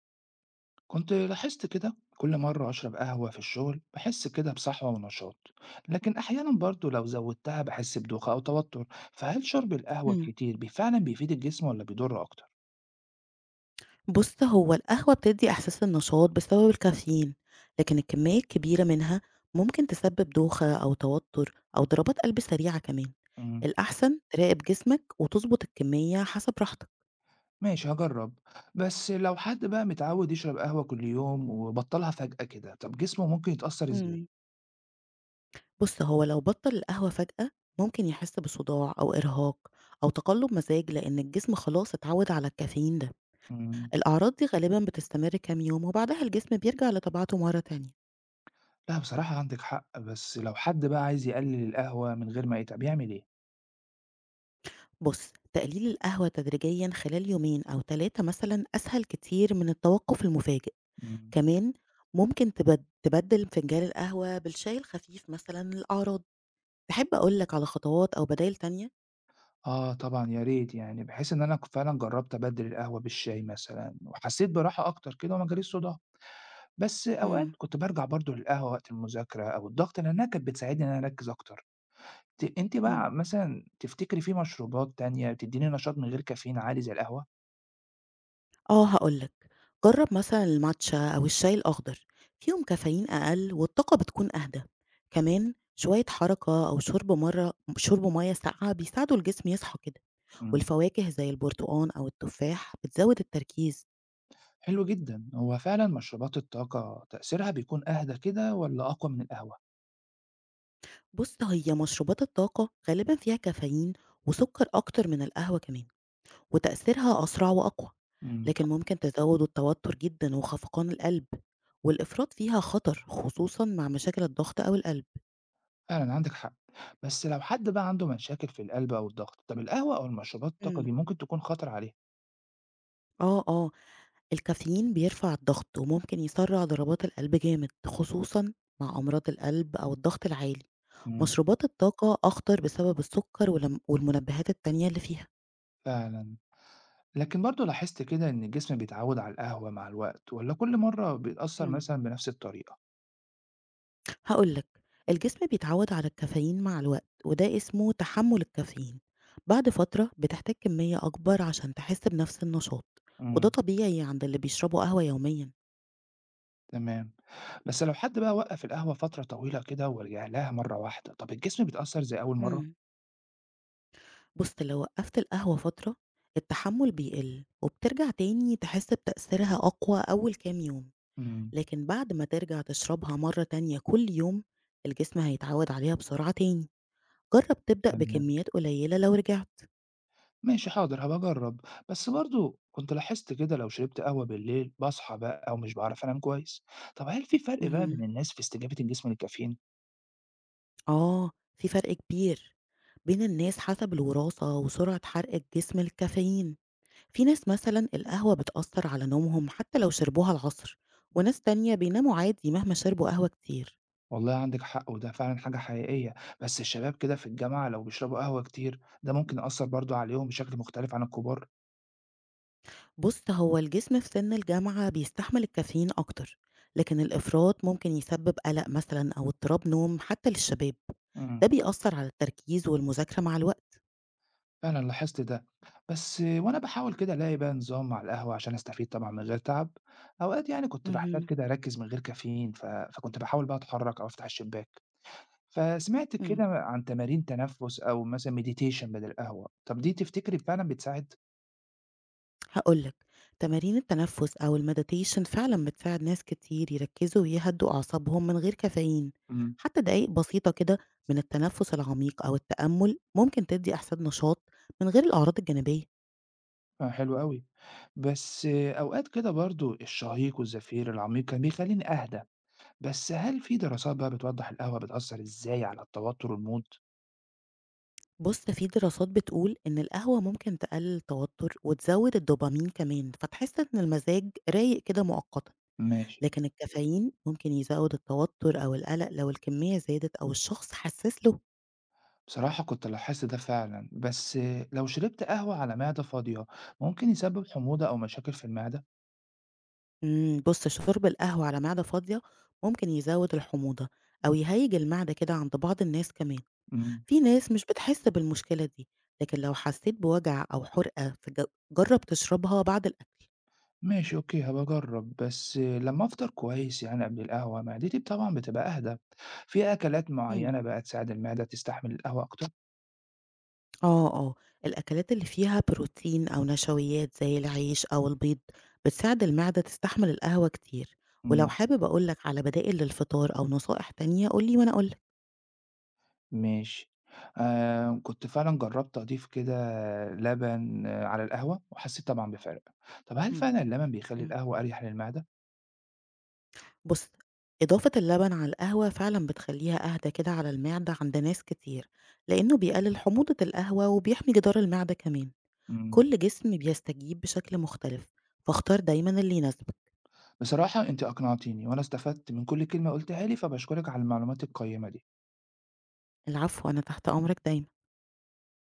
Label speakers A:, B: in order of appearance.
A: كنت لاحظت كده كل مرة أشرب قهوة في الشغل بحس كده بصحوة ونشاط لكن أحيانا برضو لو زودتها بحس بدوخة أو توتر فهل شرب القهوة
B: إمم.
A: الكتير فعلا بيفيد الجسم ولا بيضر أكتر؟
B: بُص، هو القهوة بتدّي إحساس النشاط بسبب الكافيين، لكن الكمية الكبيرة منها ممكن تسبب دوخة أو توتر أو ضربات قلب سريعة كمان.
A: مم.
B: الأحسن تراقب جسمك وتضبط الكمية حسب راحتك.
A: ماشي هجرب بس لو حد بقى متعود يشرب قهوة كل يوم وبطلها فجأة كده طب جسمه ممكن يتأثر إزاي؟
B: إمم. بُص، هو لو بطّل القهوة فجأة ممكن يحس بصداع أو إرهاق أو تقلُّب مزاج لإن الجسم خلاص اتعوّد على الكافيين ده.
A: مم.
B: الأعراض دي غالبًا بتستمر كام يوم وبعدها الجسم بيرجع لطبيعته مرّة تانية.
A: لا بصراحة عندك حق بس لو حد بقى عايز يقلل القهوة من غير ما يتعب يعمل إيه؟
B: بُص، تقليل القهوة تدريجيًا خلال يومين أو 3 مثلًا أسهل كتير من التوقف المفاجئ،
A: مم.
B: كمان ممكن تبدِّل فنجان القهوة بالشاي الخفيف مثلًا للأعراض، تحب أقول لك على خطوات أو بدايل تانية؟
A: آه طبعًا يا ريت يعني، بحيث إن أنا فعلًا جرّبت أبدِّل القهوة بالشاي مثلًا وحسّيت براحة أكتر كده وما جاليش صداع، بس أوقات
B: إمم،
A: كنت بارجع برضه للقهوة وقت المذاكرة أو الضغط لإنّها كانت بتساعدني إن أنا أركّز أكتر. أنتِ
B: إمم.
A: بقى مثلًا تفتكري في مشروبات تانية بتدّيني نشاط من غير كافيين عالي زي القهوة؟
B: آه، هاقول لك، جرّب مثلًا الماتشا أو الشاي الأخضر، فيهم كافيين أقل والطاقة بتكون أهدى، كمان شوية حركة أو شرب مَيّة ساقعة بيساعدوا الجسم يصحى كده،
A: إمم،
B: والفواكه زي البرتقان أو التفاح بتزود التركيز.
A: حلو جدًا، هو فعلًا مشروبات الطاقة تأثيرها بيكون أهدى كده والّا أقوى من القهوة؟
B: بُص، هي مشروبات الطاقة غالبًا فيها كافيين وسكر أكتر من القهوة كمان، وتأثيرها أسرع وأقوى،
A: إمم،
B: لكن ممكن تزود التوتر جدًا وخفقان القلب، والإفراط فيها خطر خصوصًا مع مشاكل الضغط أو القلب.
A: فعلًا عندِك حق، بس لو حد بقى عنده مشاكل في القلب أو الضغط، طَب القهوة أو المشروبات الطاقة دي
B: إمم،
A: ممكن تكون خطر عليه.
B: آه، آه، الكافيين بيرفع الضغط وممكن يسرع ضربات القلب جامد خصوصًا مع أمراض القلب أو الضغط العالي.
A: إمم.
B: مشروبات الطاقة أخطر بسبب السكر والمنبهات التانية اللي فيها.
A: فعلًا. لكن برضه لاحظت كده إن الجسم بيتعوّد على القهوة مع الوقت والّا كل مرّة بيتأثّر
B: إمم.
A: مثلًا بنفس الطريقة؟
B: هاقول لك، الجسم بيتعوّد على الكافيين مع الوقت، وده اسمه تحمُّل الكافيين. بعد فترة بتحتاج كمية أكبر عشان تحس بنفس النشاط، وده
A: إمم،
B: طبيعي عند اللي بيشربوا قهوة يوميًا.
A: تمام. بس لو حد بقى وقّف القهوة فترة طويلة كده ورجع لها مرّة واحدة، طَب الجسم بيتأثّر زي أول مرّة؟
B: امم. بُص، لو وقّفت القهوة فترة، التحمُّل بيقل، وبترجع تاني تحس بتأثيرها أقوى أول كام يوم،
A: إمم،
B: لكن بعد ما ترجع تشربها مرّة تانية كل يوم، الجسم هيتعوّد عليها بسرعة تاني. جرّب تبدأ
A: تمام.
B: بكميات قليلة لو رجعت.
A: ماشي حاضر هابقى أجرّب. بس برضه كنت لاحظت كده لو شربت قهوة بالليل باصحى بقى ومش باعرف أنام كويس. طَب هل في فرق بقى بين
B: اهم.
A: الناس في استجابة الجسم للكافيين؟
B: آه، في فرق كبير بين الناس حسب الوراثة وسرعة حرق الجسم للكافيين. في ناس مثلا القهوة بتأثر على نومهم حتى لو شربوها العصر، وناس تانية بيناموا عادي مهما شربوا قهوة كتير.
A: والله عندِك حق، وده فعلًا حاجة حقيقية، بس الشباب كده في الجامعة لو بيشربوا قهوة كتير، ده ممكن يأثّر برضه عليهم بشكل مختلف عن الكبار.
B: بص، هو الجسم في سن الجامعة بيستحمل الكافيين أكتر، لكن الإفراط ممكن يسبب قلق مثلا أو اضطراب نوم حتى للشباب.
A: إمم،
B: ده بيأثر على التركيز والمذاكرة مع الوقت.
A: فعلًا لاحظت ده، بس وأنا باحاول كده ألاقي بقى نظام مع القهوة عشان أستفيد طبعًا من غير تعب، أوقات يعني كنت باحتاج
B: مهم.
A: كده أركّز من غير كافيين، فكنت باحاول بقى أتحرّك أو أفتح الشباك. فسمعت كده
B: مم.
A: عن تمارين تنفُّس أو مثلًا meditation بدل القهوة، طَب دي تفتكري فعلًا بتساعد؟
B: هاقول لك، تمارين التنفس أو الmeditation فعلًا بتساعد ناس كتير يركزوا ويهدّوا أعصابهم من غير كافيين،
A: إمم.
B: حتى دقايق بسيطة كده من التنفس العميق أو التأمل ممكن تدّي إحساس نشاط من غير الأعراض الجانبية.
A: آه، حلو أوي. بس أوقات كده برضه الشهيق والزفير العميق كان بيخلّيني أهدى، بس هل في دراسات بقى بتوضّح القهوة بتأثّر إزاي على التوتر والمود؟
B: بُص، في دراسات بتقول إن القهوة ممكن تقلل التوتر وتزود الدوبامين كمان، فتحس إن المزاج رايق كده مؤقتًا،
A: ماشي.
B: لكن الكافيين ممكن يزوّد التوتر أو القلق لو الكمية زادت أو الشخص حسّس له.
A: بصراحة كنت لاحظت ده فعلًا، بس لو شربت قهوة على معدة فاضية ممكن يسبب حموضة أو مشاكل في المعدة؟
B: بُص، شرب القهوة على معدة فاضية ممكن يزوّد الحموضة أو يهيّج المعدة كده عند بعض الناس كمان،
A: إمم.
B: في ناس مش بتحس بالمشكلة دي، لكن لو حسيت بوجع أو حُرقة في جرّب تشربها بعد الأكل.
A: ماشي أوكي هابقى أجرّب، بس لمّا أفطر كويس يعني قبل القهوة معدتي طبعًا بتبقى أهدى. في أكلات
B: إمم،
A: معيّنة بقى تساعد المعدة تستحمل القهوة أكتر؟
B: آه، آه، الأكلات اللي فيها بروتين أو نشويات زي العيش أو البيض بتساعد المعدة تستحمل القهوة كتير، ولو
A: إمم.
B: حابب أقول لك على بدائل للفطار أو نصائح تانية قُل لي وأنا أقول لك.
A: ماشي. كنت فعلًا جرّبت أضيف كده لبن على القهوة وحسّيت طبعًا بفَرْق. طَب هل
B: إمم،
A: فعلًا اللبن بيخلّي
B: إمم.
A: القهوة أريح للمعدة؟
B: بُص، إضافة اللبن على القهوة فعلًا بتخلّيها أهدى كده على المعدة عند ناس كتير، لإنه بيقلل حموضة القهوة وبيحمي جدار المعدة كمان.
A: إمم.
B: كل جسم بيستجيب بشكل مختلف، فاختار دايمًا اللي يناسبك.
A: بصراحة أنتِ أقنعتيني وأنا استفدت من كل كلمة قُلتيها لي، فباشكرِك على المعلومات القيّمة دي.
B: العفو، أنا تحت أمرك دايمًا.